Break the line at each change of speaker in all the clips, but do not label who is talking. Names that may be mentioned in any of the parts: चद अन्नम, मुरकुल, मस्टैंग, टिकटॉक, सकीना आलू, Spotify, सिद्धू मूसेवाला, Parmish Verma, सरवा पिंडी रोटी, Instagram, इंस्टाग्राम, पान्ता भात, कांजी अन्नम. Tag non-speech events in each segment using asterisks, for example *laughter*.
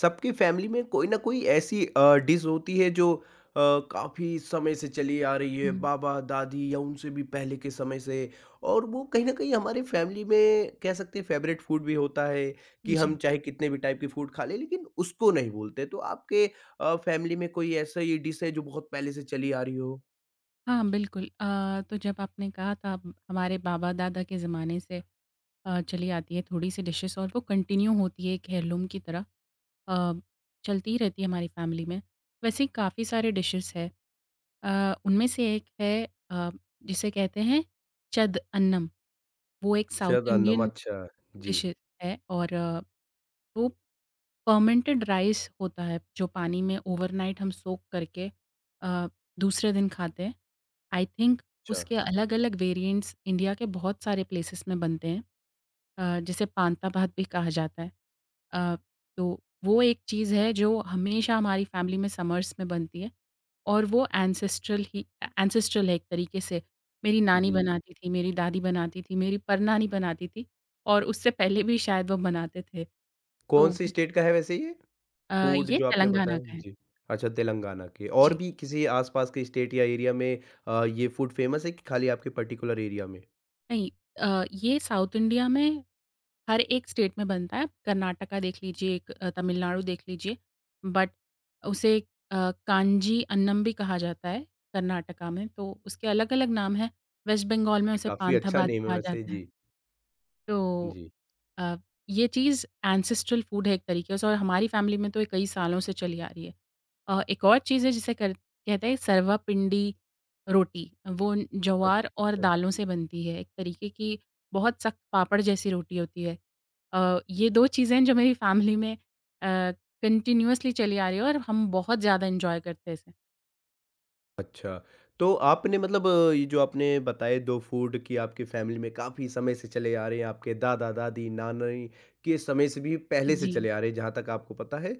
सबकी family में कोई ना कोई ऐसी डिश होती है जो अ, काफी समय से चली आ रही है
हुँ।
बाबा दादी या उनसे भी पहले के समय से। और वो कहीं ना कहीं हमारे फैमिली में कह सकते हैं फेवरेट फूड भी होता है कि
जी।
हम चाहे कितने भी टाइप की फूड खा लें लेकिन उसको नहीं बोलते। तो आपके फैमिली में कोई ऐसा ये डिश है जो बहुत पहले से चली आ रही हो?
हाँ, बिल्कुल। तो जब आपने कहा था अब हमारे बाबा-दादा के ज़माने से चली आती है थोड़ी-सी डिशेज़ और वो कंटिन्यू होती है एक हेirloom की तरह अ, चलती ही रहती है हमारी फैमिली में। वैसे ही काफ़ी सारे डिशेज़ हैं। उनमें से एक है अ, जिसे कहते हैं चद अन्नम। वो एक
शायद
साउथ
अन्नम,
इंडियन
अच्छा। जी।
डिश है और वो फर्मेंटेड राइस होता है जो पानी में ओवरनाइट हम सोक करके अ, दूसरे दिन खाते हैं। आई थिंक
अच्छा
उसके अलग-अलग वेरिएंट्स इंडिया के बहुत सारे प्लेसेस में बनते हैं, जिसे पान्ता भात भी कहा जाता है। अ, तो वो एक चीज़ है जो हमेशा हमारी फैमिली में समर्स में बनती है और वो एंसेस्ट्रल ही एंसेस्ट्रल है एक तरीके से। मेरी नानी
जी,
बनाती थी, मेरी दादी बनाती थी, मेरी परनानी बनाती थी और उससे पहले भी शायद वो बनाते थे।
कौन
तो
सी स्टेट का है वैसे ये फूड
ये
जो आपने
तेलंगाना
बताया
का है।
जी। अच्छा, तेलंगाना के और
जी,
भी किसी आस-पास के स्टेट या एरिया में ये फूड फ़ेमस है कि खाली आपके पर्टिकुलर एरिया में?
नहीं। ये साउथ इंडिया में हर एक स्टेट में बनता है। कर्नाटका देख लीजिए, एक तमिलनाडु देख लीजिए, बट उसे अ, कांजी अन्नम भी कहा जाता है कर्नाटका में, तो उसके अलग-अलग नाम हैं। वेस्ट बंगाल में
ये
उसे
काफ़ी
पांथा
अच्छा
भात
नेम है
कहा
वैसे
जाता है।
जी।
तो
जी।
अ, ये चीज़ एंसेस्ट्रल फूड है एक तरीके से और हमारी फैमिली में तो ये कई सालों से चली आ रही है। एक और चीज़ है जिसे कर कहते हैं सरवा पिंडी रोटी। वो ज्वार और
अच्छा।
दालों से बनती है। एक तरीके की बहुत सख्त पापड़ जैसी रोटी होती है। ये 2 चीज़ें हैं जो मेरी फैमिली में अ, कंटीन्यूअसली चली आ रही है और हम बहुत ज़्यादा एन्जॉय करते हैं इसे।
अच्छा। तो आपने मतलब ये जो आपने बताए 2 फूड कि आपकी फ़ैमिली में काफ़ी समय से चले आ रहे हैं, आपके दादा-दादी, नानी के समय से भी पहले से
जी।
चले आ रहे हैं जहाँ तक आपको पता है।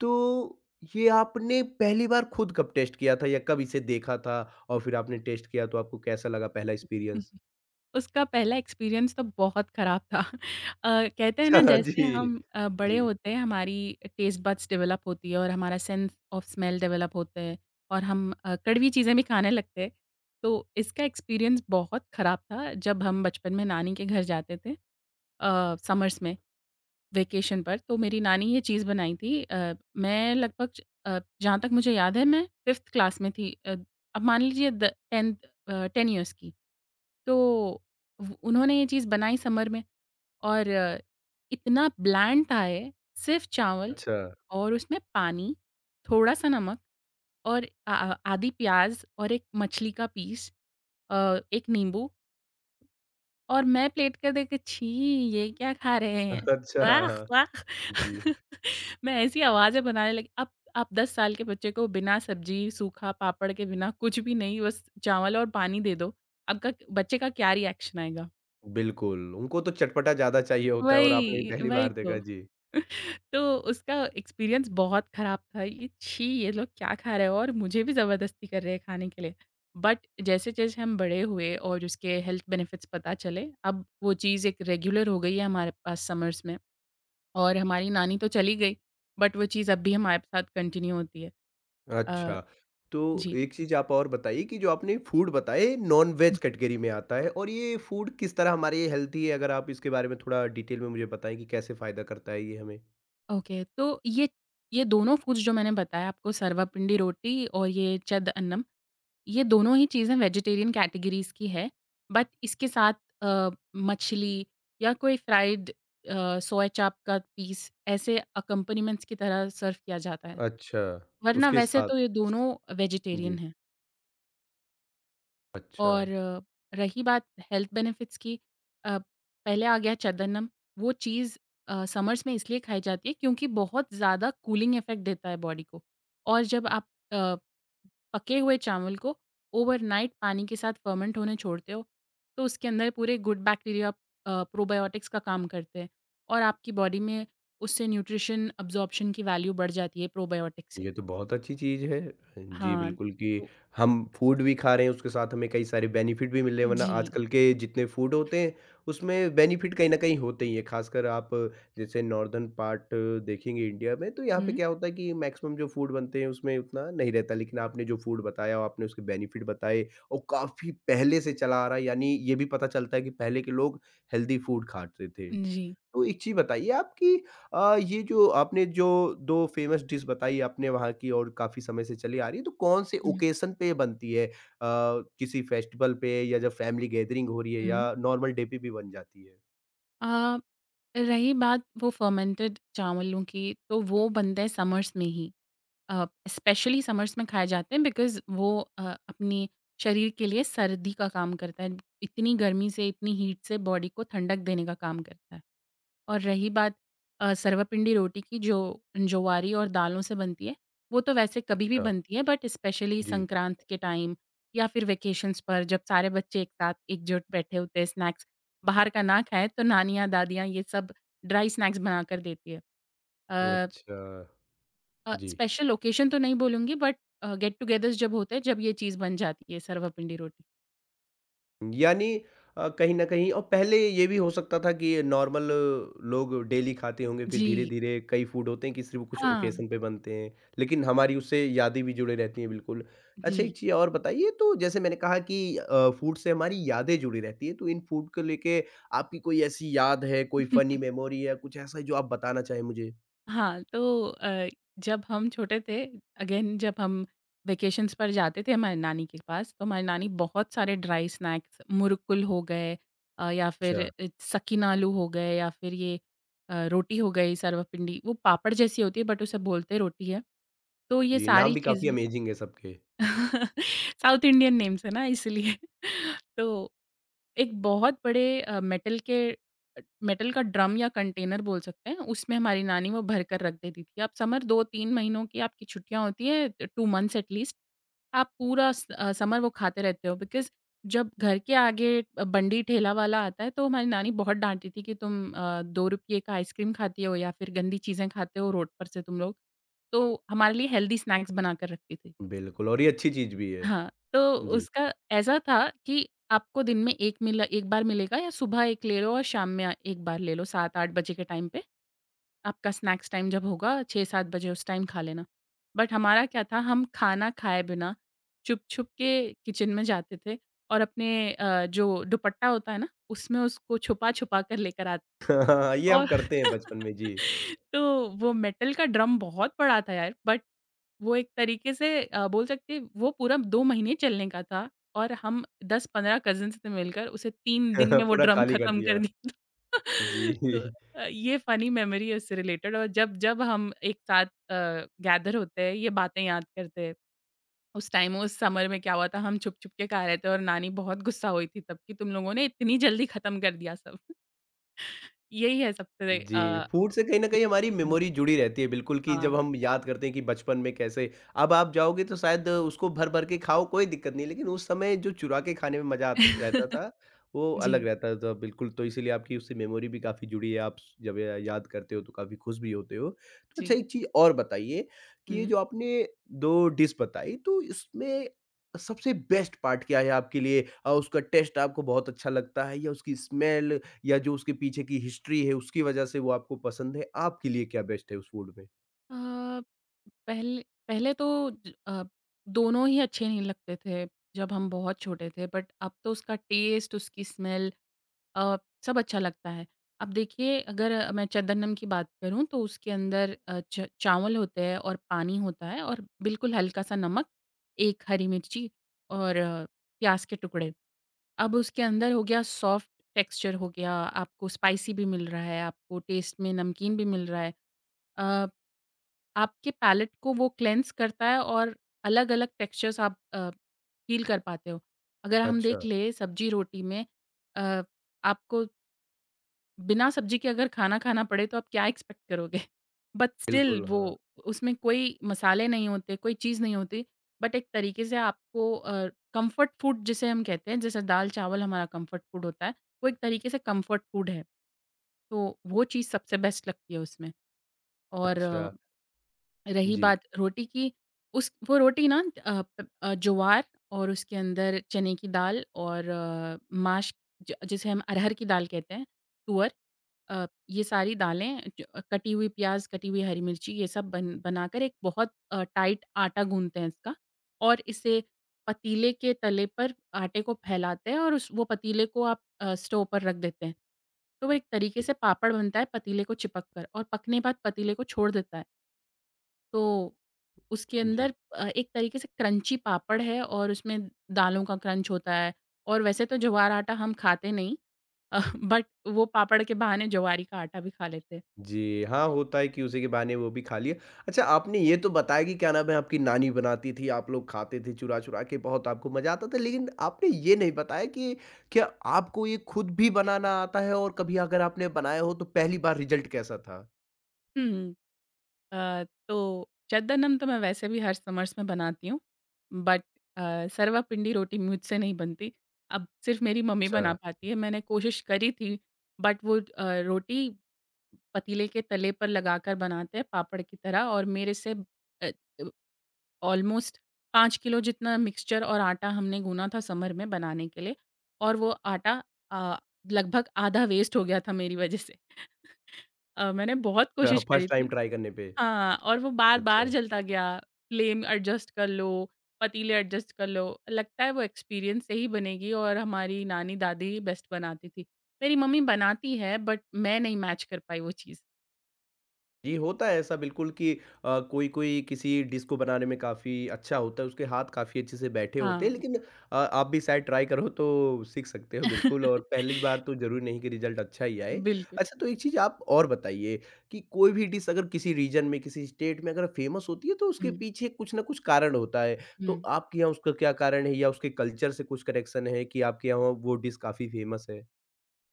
तो ये आपने पहली बार खुद कब टेस्ट किया था या कब इसे देखा था और फिर आपने टेस्ट किया तो आपको कैसा लगा पहला एक्सपीरियंस?
उसका पहला एक्सपीरियंस तो बहुत ख़राब था। कहते हैं ना
अच्छा,
जैसे
जी।
हम बड़े
जी।
होते हैं हमारी टेस्ट बड्स डेवलप होती है और हमारा सेंस ऑफ स्मेल डेवलप होता है और हम कड़वी चीज़ें भी खाने लगते हैं। तो इसका एक्सपीरियंस बहुत ख़राब था जब हम बचपन में नानी के घर जाते थे, समर्स में वेकेशन पर तो मेरी नानी ये चीज़ बनाई थी। मैं लगभग जहाँ तक मुझे याद है मैं 5th क्लास में थी। अब मान लीजिए द 10th 10 इयर्स की। तो व उन्होंने ये चीज़ बनाई समर में और इतना ब्लैंड था ये, सिर्फ़ चावल
अच्छा।
और उसमें पानी, थोड़ा-सा नमक और आधी प्याज़ और एक मछली का पीस, एक नींबू और मैं प्लेट कर देके छी! ये क्या खा रहे हैं?
*laughs* अच्छा,
वाह!
हाँ।
वाह!
जी,
*laughs* मैं ऐसी आवाज़ें बनाने लगी। अब आप 10 साल के बच्चे को बिना सब्ज़ी, सूखा पापड़ के बिना कुछ भी नहीं बस चावल और पानी दे दो, आपका बच्चे का क्या रिएक्शन आएगा?
बिल्कुल, उनको तो चटपटा ज़्यादा चाहिए होता है और आपने *laughs*
वही,
पहली
वही
बार देखा,
तो।
जी।
*laughs* तो उसका एक्सपीरियंस बहुत ख़राब था। ये छी! ये लोग क्या खा रहे हो? और मुझे भी ज़बरदस्ती कर रहे हैं खाने के लिए। बट जैसे-जैसे हम बड़े हुए और उसके हेल्थ बेनिफिट्स पता चले, अब वो चीज़ एक रेगुलर हो गई है हमारे पास समर्स में और हमारी नानी तो चली गई, बट वो चीज़ अब भी हमारे साथ कंटिन्यू होती है। अ,
अच्छा, तो
जी।
एक चीज़ आप और बताइए कि जो आपने फूड बताया ये नॉन-वेज कैटेगरी में आता है और ये फूड किस तरह हमारे लिए हेल्दी है? अगर आप इसके बारे में थोड़ा डिटेल में मुझे बताएँ कि कैसे फ़ायदा करता है ये हमें?
ओके, तो ये दोनों फूड्स जो मैंने बताया आपको, सर्वपिंडी रोटी और ये चद अन्नम, ये दोनों ही चीज़ें वेजिटेरियन कैटेगरीज़ की है, बट इसके साथ अ, मछली या कोई फ्राइड सोया चाप का पीस ऐसे अकम्पनीमेंट्स की तरह सर्व किया जाता है।
अच्छा,
वरना
उसके
वैसे
साथ
तो ये दोनों वेजिटेरियन
जी,
हैं।
अच्छा।
और रही बात हेल्थ बेनिफिट्स की, अ, पहले आ गया चंदनम। वो चीज़ समर्स में इसलिए खाई जाती है क्योंकि बहुत ज़्यादा कूलिंग इफ़ेक्ट देता है बॉडी को। और जब आप पके हुए चावल को ओवरनाइट पानी के साथ फर्मेंट होने छोड़ते हो तो उसके अंदर पूरे गुड बैक्टीरिया प्रोबायोटिक्स का काम करते हैं और आपकी बॉडी में उससे न्यूट्रिशन अब्जॉर्प्शन की वैल्यू बढ़ जाती है प्रोबायोटिक से।
ये तो बहुत अच्छी चीज़ है। जी,
हाँ,
बिल्कुल कि
तो
हम फूड भी खा रहे हैं, उसके साथ हमें कई सारे बेनिफिट भी मिल रहे हैं, वरना
जी।
आजकल के जितने फूड होते हैं, उसमें बेनिफिट कहीं न कहीं होते ही हैं। ख़ासकर आप जैसे नॉर्दर्न पार्ट देखेंगे इंडिया में, तो यहाँ पे
हुँ।
क्या होता है कि मैक्सिमम जो फूड बनते हैं, उसमें उतना नहीं रहता। लेकिन आपने जो फूड बताया और आपने उसके बेनिफिट बताए और काफ़ी पहले से चला आ रहा है, यानी ये भी पता चलता है कि पहले के लोग हेल्दी फूड खाते थे।
जी।
तो एक चीज़ बताइए आपकी ये जो आपने जो 2 फ़ेमस डिश बताई आपने वहाँ की और काफ़ी समय से चली आ रही है, तो कौन-से
हुँ।
ओकेज़न पे बनती है? किसी फेस्टिवल पे या जब फैमिली गैदरिंग हो रही है
हुँ।
या नॉर्मल डे पे भी बन जाती है?
अ, रही बात वो फर्मेंटेड चावलों की, तो वो बनते हैं समर्स में ही। स्पेशली समर्स में खाए जाते हैं बिकॉज़ वो अपनी शरीर के लिए सर्दी का काम करता है। इतनी गर्मी से, इतनी हीट से बॉडी को ठंडक देने का काम करता है। और रही बात सर्वपिंडी रोटी की जो ज्वारी और दालों से बनती है, वो तो वैसे कभी भी
अच्छा,
बनती है बट स्पेशली
जी।
संक्रांत के टाइम या फिर वेकेशंस पर जब सारे बच्चे एक साथ एकजुट बैठे होते हैं, स्नैक्स बाहर का ना खाएँ तो नानियाँ, दादियाँ ये सब ड्राई स्नैक्स बना कर देती है। अ
अच्छा, जी।
स्पेशल ओकेशन तो नहीं बोलूँगी बट गेट टुगेदर्स जब होते हैं जब ये चीज़ बन जाती है सर्वपिंडी रोटी।
यानी कहीं न कहीं और पहले ये भी हो सकता था कि नॉर्मल लोग डेली खाते होंगे, फिर
जी।
धीरे-धीरे कई फूड होते हैं कि सिर्फ़ कुछ
हाँ,
ओकेज़न पे बनते हैं, लेकिन हमारी उससे यादें भी जुड़े रहती हैं बिल्कुल। अच्छा एक
जी।
चीज़ और बताइए तो जैसे मैंने कहा कि फूड से हमारी यादें जुड़ी रहती हैं, तो इन फूड को लेके आपकी कोई ऐसी याद है, कोई फ़नी
*laughs*
मेमोरी या कुछ ऐसा है जो आप बताना चाहें मुझे?
हाँ, तो जब हम छोटे थे, अगेन जब हम वेकेशंस पर जाते थे हमारी नानी के पास, तो हमारी नानी बहुत सारे ड्राई स्नैक्स मुरकुल हो गए, या फिर
अच्छा।
सकीना आलू हो गए या फिर ये रोटी हो गई सर्वपिंडी, वो पापड़ जैसी होती है बट उसे बोलते रोटी है। तो ये
जी, नाम
सारी
भी काफ़ी
चीज़ें
अमेज़िंग है सबके।
*laughs* साउथ इंडियन नेम्स है ना इसलिए। *laughs* तो एक बहुत बड़े मेटल का ड्रम या कंटेनर बोल सकते हैं, उसमें हमारी नानी वो भर कर रख देती थी। आप समर 2-3 महीनों की आपकी छुट्टियाँ होती हैं, 2 मंथ्स एट लीस्ट। आप पूरा समर वो खाते रहते हो बिकॉज़ जब घर के आगे बंडी ठेला वाला आता है, तो हमारी नानी बहुत डाँटती थी कि तुम ₹2 का आइसक्रीम खाती हो या फिर गंदी चीज़ें खाते हो रोड पर से तुम लोग। तो हमारे लिए हेल्दी स्नैक्स बना कर रखती थी।
बिल्कुल और ये अच्छी चीज़ भी है।
हाँ, तो
जी।
उसका ऐसा था कि आपको दिन में 1 बार मिलेगा या सुबह 1 ले लो और शाम में 1 बार ले लो 7-8 बजे के टाइम पे। आपका स्नैक्स टाइम जब होगा 6-7 बजे उस टाइम खा लेना। बट हमारा क्या था हम खाना खाए बिना छुप-छुप के किचन में जाते थे और अपने जो दुपट्टा होता है ना उसमें उसको छुपा-छुपा कर लेकर आते
*laughs* ये हम
और
करते हैं बचपन में, जी।
*laughs* तो वो मेटल का ड्रम बहुत बड़ा था यार। बट वो एक तरीके से बोल सकते हैं वो पूरा 2 महीने चलने का था और हम 10-15 कज़िन्स ने मिलकर उसे 3 दिन में
*laughs*
वो
पूरा
ड्रम
खाली कर
खत्म
दिया।
कर दिया था।
जी।
*laughs* तो
*laughs*
ये फ़नी मेमोरी है उससे रिलेटेड और जब जब हम एक साथ गैदर होते हैं, ये बातें याद करते हैं। उस टाइम उस समर में क्या हुआ था, हम छुप-छुप के खा रहे थे और नानी बहुत गुस्सा हुई थी तब कि तुम लोगों ने इतनी जल्दी ख़त्म कर दिया सब। *laughs* यही है सबसे
जी, फ़ूड से कहीं न कहीं हमारी मेमोरी
हुँ,
जुड़ी रहती है बिल्कुल कि जब
हाँ।
हम याद करते हैं कि बचपन में कैसे अब आप जाओगे तो शायद उसको भर-भर के खाओ कोई दिक्कत नहीं, लेकिन उस समय जो चुरा के खाने में मज़ा आत रहता
*laughs*
था, वो अलग
जी,
रहता था बिल्कुल, तो इसीलिए आपकी उससे मेमोरी भी काफ़ी जुड़ी है, आप जब या याद करते हो तो काफ़ी खुश भी होते हो। तो अच्छा
जी।
एक चीज़ और बताइए कि ये
हुँ।
जो आपने 2 डिश बताई तो इसमें सबसे बेस्ट पार्ट क्या है आपके लिए? उसका टेस्ट आपको बहुत अच्छा लगता है या उसकी स्मेल या जो उसके पीछे की हिस्ट्री है उसकी वजह से वो आपको पसंद है, आपके लिए क्या बेस्ट है उस फूड में?
अ, पहले पहले तो ज अ, दोनों ही अच्छे नहीं लगते थे जब हम बहुत छोटे थे। बट अब तो उसका टेस्ट, उसकी स्मेल अ, सब अच्छा लगता है। अब देखिए अगर मैं चंदनम की बात करूँ तो उसके अंदर अ, च चावल होते हैं और पानी होता है और बिल्कुल हल्का-सा नमक, 1 हरी मिर्ची और प्याज़ के टुकड़े। अब उसके अंदर हो गया सॉफ्ट टेक्सचर हो गया, आपको स्पाइसी भी मिल रहा है, आपको टेस्ट में नमकीन भी मिल रहा है। अ, आपके पैलेट को वो क्लेंज़ करता है और अलग-अलग टेक्सचर्स आप फ़ील कर पाते हो। अगर हम
अच्छा,
देख लें सब्जी रोटी में अ, आपको बिना सब्ज़ी के अगर खाना खाना पड़े तो आप क्या एक्सपेक्ट करोगे? *laughs* बट स्टिल
बिल्कुल,
वो
हाँ।
उसमें कोई मसाले नहीं होते, कोई चीज़ नहीं होती, बट एक तरीके से आपको कम्फ़र्ट फूड जिसे हम कहते हैं, जैसे दाल-चावल हमारा कम्फ़र्ट फूड होता है, वो एक तरीके से कम्फ़र्ट फूड है। तो वो चीज़ सबसे बेस्ट लगती है उसमें। और
अच्छा,
रही
जी,
बात रोटी की, उस वो रोटी ना ज्वार और उसके अंदर चने की दाल और माश ज जिसे हम अरहर की दाल कहते हैं, तुअर ये सारी दालें कटी हुई प्याज़, कटी हुई हरी मिर्ची ये सब बन बनाकर एक बहुत टाइट आटा गूँथते हैं इसका और इसे पतीले के तले पर आटे को फैलाते हैं और उस वो पतीले को आप स्टोव पर रख देते हैं। तो वो एक तरीके से पापड़ बनता है पतीले को चिपक कर और पकने के बाद पतीले को छोड़ देता है। तो उसके
जी।
अंदर एक तरीके से क्रंची पापड़ है और उसमें दालों का क्रंच होता है और वैसे तो ज्वार आटा हम खाते नहीं, अ, बट वो पापड़ के बहाने ज्वारी का आटा भी खा लेते हैं।
जी, हाँ, होता है कि उसी के बहाने वो भी खा लिया। अच्छा, आपने ये तो बताया कि क्या नाम है आपकी नानी बनाती थी, आप लोग खाते थे चुरा-चुरा के, बहुत आपको मज़ा आता था, लेकिन आपने ये नहीं बताया कि क्या आपको ये खुद भी बनाना आता है और कभी अगर आपने बनाया हो तो पहली बार रिज़ल्ट कैसा था?
हुँ। तो चद्दनम तो मैं वैसे भी हर समर्स में बनाती हूँ, बट सर्वापिंडी रोटी मुझसे नहीं बनती। अब सिर्फ़ मेरी मम्मी
अच्छा,
बना पाती है। मैंने कोशिश करी थी बट वो रोटी पतीले के तले पर लगाकर बनाते हैं पापड़ की तरह और मेरे से अ, ऑलमोस्ट 5 किलो जितना मिक्सचर और आटा हमने गूँना था समर में बनाने के लिए और वो आटा अ, लगभग आधा वेस्ट हो गया था मेरी वज़ह से। *laughs* मैंने बहुत
*laughs* अच्छा,
कोशिश करी
फर्स्ट टाइम
थी।
ट्राई करने पे।
हाँ, और वो बार-बार
अच्छा।
जलता गया, फ्लेम एडजस्ट कर लो, पतीले एडजस्ट कर लो, लगता है वो एक्सपीरियंस से ही बनेगी और हमारी नानी-दादी बेस्ट बनाती थी। मेरी मम्मी बनाती है बट मैं नहीं मैच कर पाई वो चीज़।
जी, होता है ऐसा बिल्कुल कि कोई-कोई किसी डिश को बनाने में काफ़ी अच्छा होता है, उसके हाथ काफ़ी अच्छे से बैठे होते हैं,
हाँ।
लेकिन आप भी शायद ट्राई करो तो सीख सकते हो बिल्कुल और पहली बार तो
*laughs*
ज़रूरी नहीं कि रिज़ल्ट अच्छा ही आए।
बिल्कुल।
अच्छा तो एक चीज़ आप और बताइए कि कोई भी डिश अगर किसी रीजन में, किसी स्टेट में अगर फेमस होती है तो
हुँ,
उसके पीछे कुछ ना कुछ कारण होता है।
हुँ।
तो आपके यहाँ उसका क्या कारण है या उसके कल्चर से कुछ कनेक्शन है कि आपके यहाँ वो डिश काफ़ी फेमस है?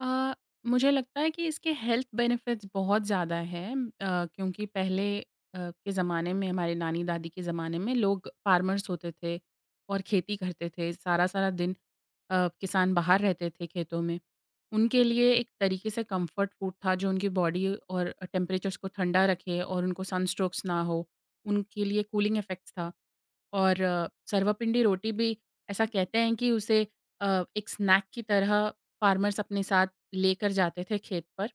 अ, मुझे लगता है कि इसके हेल्थ बेनिफिट्स बहुत ज़्यादा हैं क्योंकि पहले के ज़माने में हमारे नानी-दादी के ज़माने में लोग फार्मर्स होते थे और खेती करते थे। सारा-सारा दिन किसान बाहर रहते थे खेतों में। उनके लिए एक तरीके से कम्फर्ट फूड था जो उनकी बॉडी और टेम्परेचर्स को ठंडा रखे और उनको सनस्ट्रोक्स ना हो। उनके लिए कूलिंग इफ़ेक्ट्स था। और सर्वपिंडी रोटी भी ऐसा कहते हैं कि उसे एक स्नैक की तरह फार्मर्स अपने साथ लेकर जाते थे खेत पर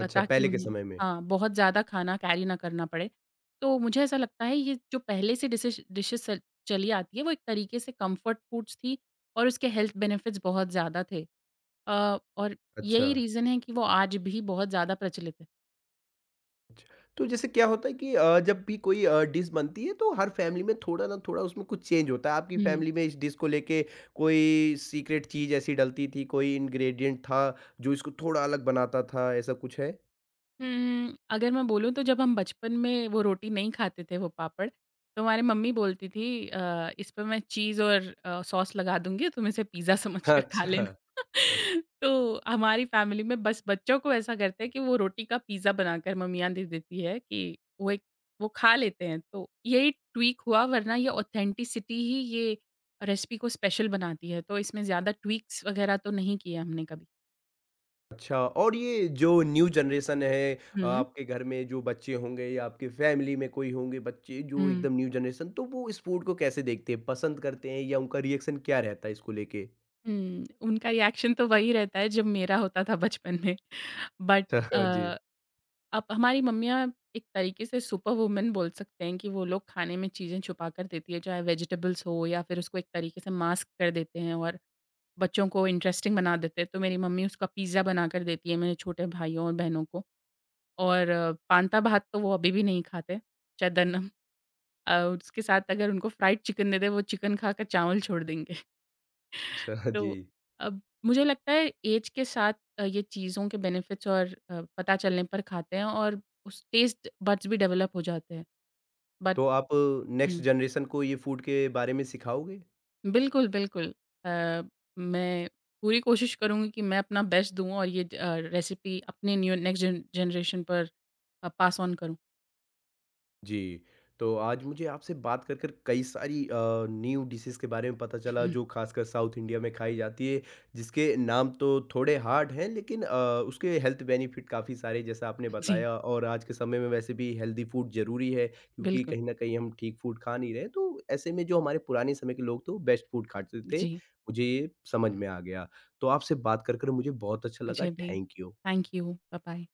ताकि
पहले के
उन्हें
समय में।
हाँ, बहुत ज़्यादा खाना कैरी ना करना पड़े। तो मुझे ऐसा लगता है ये जो पहले से डिशेज़ डिशेज़ स चली आती है वो एक तरीके से कम्फ़र्ट फूड्स थी और उसके हेल्थ बेनिफिट्स बहुत ज़्यादा थे। और
अच्छा।
यही रीज़न है कि वो आज भी बहुत ज़्यादा प्रचलित
तो जैसे क्या होता है कि जब भी कोई डिश बनती है तो हर फैमिली में थोड़ा ना थोड़ा उसमें कुछ चेंज होता है आपकी
है।
फैमिली में इस डिश को लेके कोई सीक्रेट चीज ऐसी डलती थी कोई इंग्रेडिएंट था जो इसको थोड़ा अलग बनाता था ऐसा कुछ है?
हुँ, अगर मैं बोलूँ तो जब हम बचपन में वो रोटी नहीं खाते थे वो पापड़, तो हमारी मम्मी बोलती थी, "इस पे मैं चीज़ और सॉस लगा दूँगी, तुम इसे पिज़्ज़ा समझ
अच्छा।
कर खा लेना।"
अच्छा।
*laughs* तो हमारी फ़ैमिली में बस बच्चों को ऐसा करते हैं कि वो रोटी का पिज़्ज़ा बनाकर मम्मियाँ दे देती है कि वो खा लेते हैं। तो यही ट्वीक हुआ, वरना ये ऑथेंटिसिटी ही ये रेसिपी को स्पेशल बनाती है, तो इसमें ज़्यादा ट्वीक्स वग़ैरह तो नहीं किए हमने कभी।
अच्छा और ये जो न्यू जनरेशन है
हुँ,
आपके घर में जो बच्चे होंगे या आपके फैमिली में कोई होंगे बच्चे जो
हुँ।
एकदम न्यू जनरेशन तो वो इस फूड को कैसे देखते हैं पसंद करते हैं या उनका रिएक्शन क्या रहता है इसको लेके?
हुँ, उनका रिएक्शन तो वही रहता है जो मेरा होता था बचपन में। *laughs* बट अ,
अच्छा जी।
अब हमारी मम्मियाँ एक तरीके से सुपर वुमन बोल सकते हैं कि वो लोग खाने में चीज़ें छुपा कर देती है, चाहे वेजिटेबल्स हो या फिर उसको एक तरीके से मास्क कर देते हैं और बच्चों को इंटरेस्टिंग बना देते हैं। तो मेरी मम्मी उसका पिज़्ज़ा बना कर देती है मेरे छोटे भाइयों और बहनों को। और पांता भात तो वो अभी भी नहीं खाते, चदन उसके साथ अगर उनको फ्राइड चिकन दे दें, वो चिकन खाकर चावल छोड़ देंगे।
अच्छा जी,
तो अब मुझे लगता है ऐज के साथ ये चीज़ों के बेनिफिट्स और पता चलने पर खाते हैं और उस टेस्ट बड्स भी डेवलप हो जाते हैं। बट
तो आप नेक्स्ट
हुँ।
जनरेशन को ये फूड के बारे में सिखाओगे?
बिल्कुल, बिल्कुल। अ, मैं पूरी कोशिश करूँगी कि मैं अपना बेस्ट दूँ और ये रेसिपी अपने न्यू नेक्स्ट जेन जनरेशन पर पास ऑन करूँ।
जी, तो आज मुझे आपसे बात कर कर कई सारी न्यू डिशेज़ के बारे में पता चला जो
*laughs*
खासकर साउथ इंडिया में खाई जाती है, जिसके नाम तो थोड़े हार्ड हैं लेकिन उसके हेल्थ बेनिफिट काफ़ी सारे जैसा आपने
जी।
बताया और आज के समय में वैसे भी हेल्दी फूड ज़रूरी है क्योंकि
बिल्कुल,
कहीं न कहीं हम ठीक फूड खा नहीं रहे, तो ऐसे में जो हमारे पुराने समय के लोग थे वो बेस्ट फूड खाते थे,
जी।
मुझे ये समझ में आ गया। तो आपसे बात कर कर मुझे बहुत अच्छा लगा,
मुझे भी
thank you.
Thank you. Bye-bye.